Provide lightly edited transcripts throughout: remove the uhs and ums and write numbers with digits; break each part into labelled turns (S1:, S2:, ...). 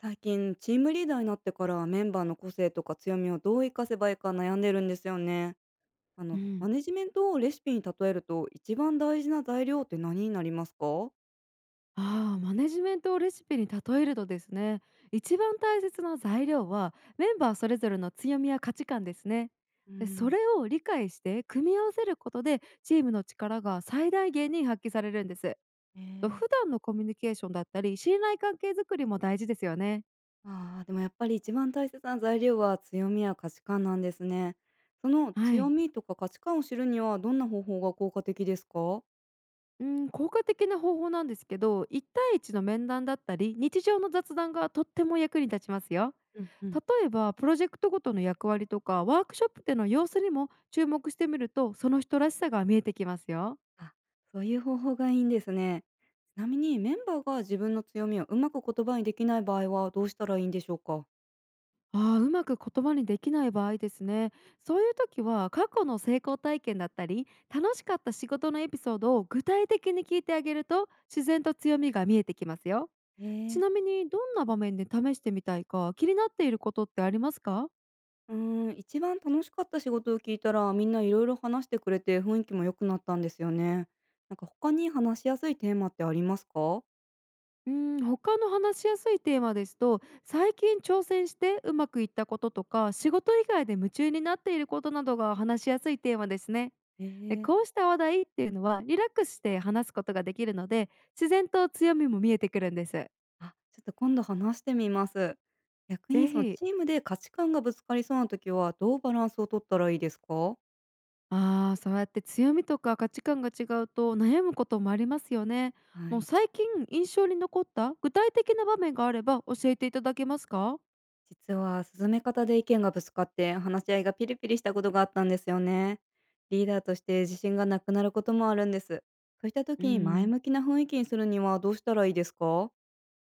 S1: 最近チームリーダーになってからメンバーの個性とか強みをどう活かせばいいか悩んでるんですよね。
S2: う
S1: マ
S2: ん、
S1: ネジメントをレシピに例えると一番大事な材料って何になりますか？
S2: マネジメントをレシピに例えるとですね、一番大切な材料はメンバーそれぞれの強みや価値観ですね。
S1: うー
S2: で、そ
S1: ん、
S2: れを理解して組み合わせることでチームの力が最大限に発揮されるんです。
S1: え
S2: と
S1: ー
S2: 普段のコミュニケーションだったり、信頼関係づくりも大事ですよね。
S1: でもやっぱり一番大切な材料は強みや価値観なんですね。その
S2: は
S1: 強
S2: い。
S1: みとか価値観を知るにはどんな方法が効果的ですか？
S2: うん、効果的な方法なんですけど、一対一の面談だったり、日常の雑談がとっても役に立ちますよ。
S1: うんうん。
S2: 例えばプロジェクトごとの役割とかワークショップでの様子にも注目してみると、その人らしさが見えてきますよ。
S1: あ、そういう方法がいいんですね。ちなみにメンバーが自分の強みをうまく言葉にできない場合はどうしたらいいんでしょうか？
S2: うまく言葉にできない場合ですね。そういう時は過去の成功体験だったり楽しかった仕事のエピソードを具体的に聞いてあげると、自然と強みが見えてきますよ。
S1: へ
S2: ち
S1: え。
S2: なみにどんな場面で試してみたいか、気になっていることってありますか？
S1: うー一番楽しかった仕事を聞いたら、みんないろいろ話してくれて雰囲気も良くなったんですよね。なんか他に話しやすいテーマってありますか？
S2: うん、他の話しやすいテーマですと、最近挑戦してうまくいったこととか仕事以外で夢中になっていることなどが話しやすいテーマですね。
S1: へ
S2: で、
S1: え。
S2: こうした話題っていうのはリラックスして話すことができるので、自然と強みも見えてくるんです。
S1: あ、ちょっと今度話してみます。逆に
S2: ぜ
S1: その
S2: ひ
S1: チームで価値観がぶつかりそうな時は、どうバランスを取ったらいいですか？
S2: そうやって強みとか価値観が違うと悩むこともありますよね。
S1: は
S2: もう
S1: い。
S2: 最近印象に残った具体的な場面があれば教えていただけますか？
S1: 実は進め方で意見がぶつかって話し合いがピリピリしたことがあったんですよね。リーダーとして自信がなくなることもあるんです。そうした
S2: うー
S1: 時に前
S2: ん
S1: 向きな雰囲気にするにはどうしたらいいですか？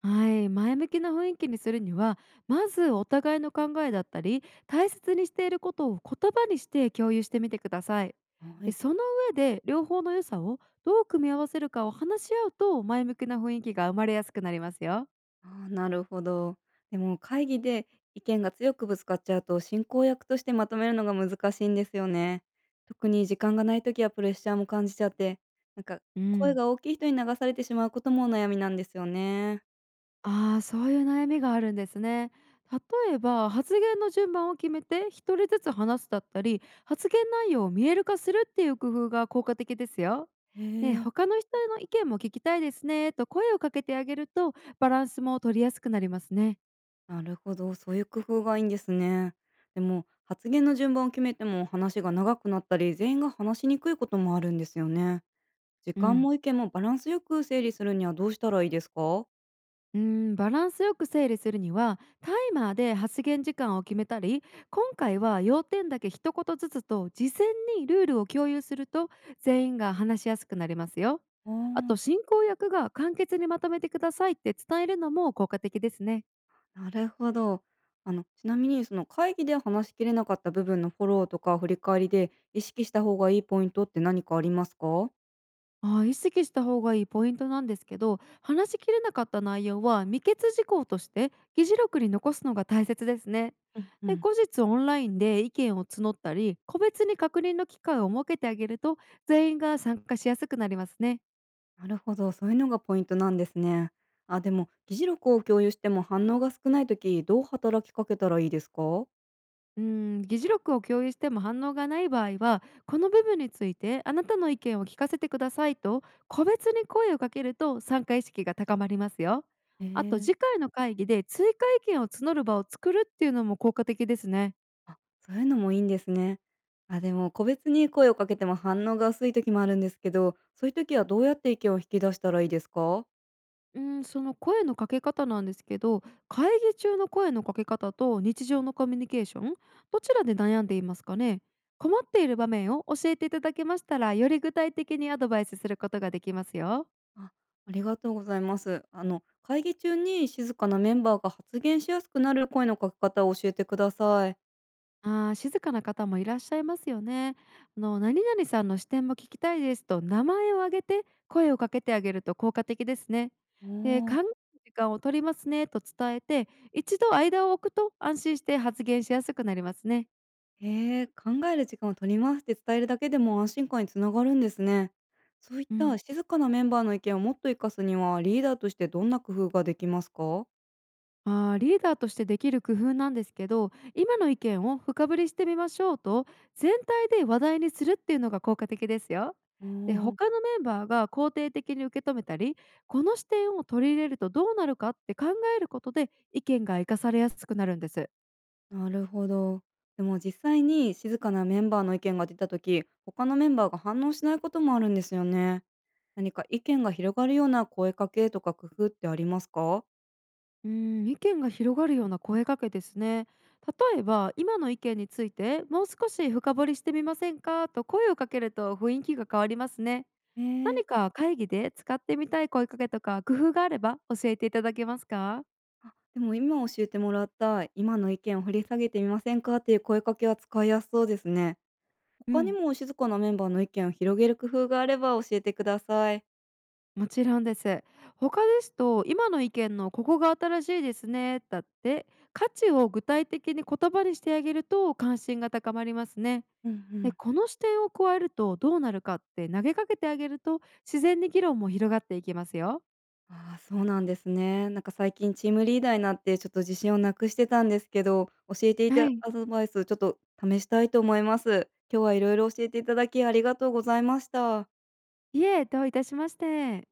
S2: はい、前向きな雰囲気にするには、まずお互いの考えだったり大切にしていることを言葉にして共有してみてください。
S1: は
S2: で、
S1: い。
S2: その上で両方の良さをどう組み合わせるかを話し合うと、前向きな雰囲気が生まれやすくなりますよ。
S1: あー、なるほど。でも会議で意見が強くぶつかっちゃうと進行役としてまとめるのが難しいんですよね。特に時間がない時はプレッシャーも感じちゃって、なんか
S2: う
S1: 声
S2: ん。
S1: が大きい人に流されてしまうことも悩みなんですよね。
S2: そういう悩みがあるんですね。例えば発言の順番を決めて一人ずつ話すだったり、発言内容を見える化するっていう工夫が効果的ですよ。
S1: へ
S2: で、
S1: え、
S2: 他の人の意見も聞きたいですねと声をかけてあげると、バランスも取りやすくなりますね。
S1: なるほど、そういう工夫がいいんですね。でも、発言の順番を決めても話が長くなったり、全員が話しにくいこともあるんですよね。時
S2: う
S1: 間
S2: ん
S1: も意見もバランスよく整理するにはどうしたらいいですか？
S2: うーバランスよく整理するにはタイマーで発言時間を決めたり、今回は要点だけ一言ずつと事前にルールを共有すると、全員が話しやすくなりますよ。
S1: あ、
S2: あと進行役が簡潔にまとめてくださいって伝えるのも効果的ですね。
S1: あー、なるほど。ちなみに、その会議で話しきれなかった部分のフォローとか振り返りで意識した方がいいポイントって何かありますか？
S2: あー、意識した方がいいポイントなんですけど、話しきれなかった内容は未決事項として議事録に残すのが大切ですね。
S1: うんう
S2: で、
S1: ん。
S2: 後日オンラインで意見を募ったり個別に確認の機会を設けてあげると、全員が参加しやすくなりますね。
S1: なるほど、そういうのがポイントなんですね。あ、でも、議事録を共有しても反応が少ないとき、どう働きかけたらいいですか？
S2: うん、議事録を共有しても反応がない場合は、この部分についてあなたの意見を聞かせてくださいと個別に声をかけると、参加意識が高まりますよ。
S1: へ
S2: あと
S1: え、
S2: 次回の会議で追加意見を募る場を作るっていうのも効果的ですね。
S1: あ、そういうのもいいんですね。あ、でも個別に声をかけても反応が薄い時もあるんですけど、そういう時はどうやって意見を引き出したらいいですか？
S2: うん、その声のかけ方なんですけど、会議中の声のかけ方と日常のコミュニケーション、どちらで悩んでいますかね。困っている場面を教えていただけましたら、より具体的にアドバイスすることができますよ。
S1: あ、ありがとうございます。会議中に静かなメンバーが発言しやすくなる声のかけ方を教えてください。
S2: 静かな方もいらっしゃいますよね。あの、何々さんの視点も聞きたいですと名前を挙げて声をかけてあげると効果的ですね。
S1: お
S2: で、考
S1: お、
S2: える時間を取りますねと伝えて、一度間を置くと、安心して発言しやすくなりますね。
S1: へえ、考える時間を取りますって伝えるだけでも安心感につながるんですね。そういっ
S2: う
S1: た
S2: ん。
S1: 静かなメンバーの意見をもっと活かすには、リーダーとしてどんな工夫ができますか？
S2: あー、リーダーとしてできる工夫なんですけど、今の意見を深掘りしてみましょうと全体で話題にするっていうのが効果的ですよ。
S1: お
S2: で、他
S1: お。
S2: のメンバーが肯定的に受け止めたり、この視点を取り入れるとどうなるかって考えることで、意見が生かされやすくなるんです。
S1: なるほど。でも実際に静かなメンバーの意見が出た時、他のメンバーが反応しないこともあるんですよね。何か意見が広がるような声かけとか工夫ってありますか？
S2: うん、意見が広がるような声かけですね。例えば今の意見についてもう少し深掘りしてみませんかと声をかけると、雰囲気が変わりますね。
S1: ええ、
S2: 何か会議で使ってみたい声かけとか工夫があれば教えていただけますか？
S1: あ、でも今教えてもらった、今の意見を掘り下げてみませんかっていう声かけは使いやすそうですね。
S2: う
S1: 他に
S2: ん、
S1: も静かなメンバーの意見を広げる工夫があれば教えてください。
S2: もちろんです。他ですと、今の意見のここが新しいですねだって価値を具体的に言葉にしてあげると、関心が高まりますね。
S1: うんう
S2: で、
S1: ん。
S2: この視点を加えるとどうなるかって投げかけてあげると、自然に議論も広がっていきますよ。
S1: ああ、そうなんですね。なんか最近チームリーダーになってちょっと自信をなくしてたんですけど、教えてい
S2: は
S1: た
S2: い。
S1: アドバイスちょっと試したいと思います。今日はいろいろ教えていただきありがとうございました。
S2: いえ、どういたしまして。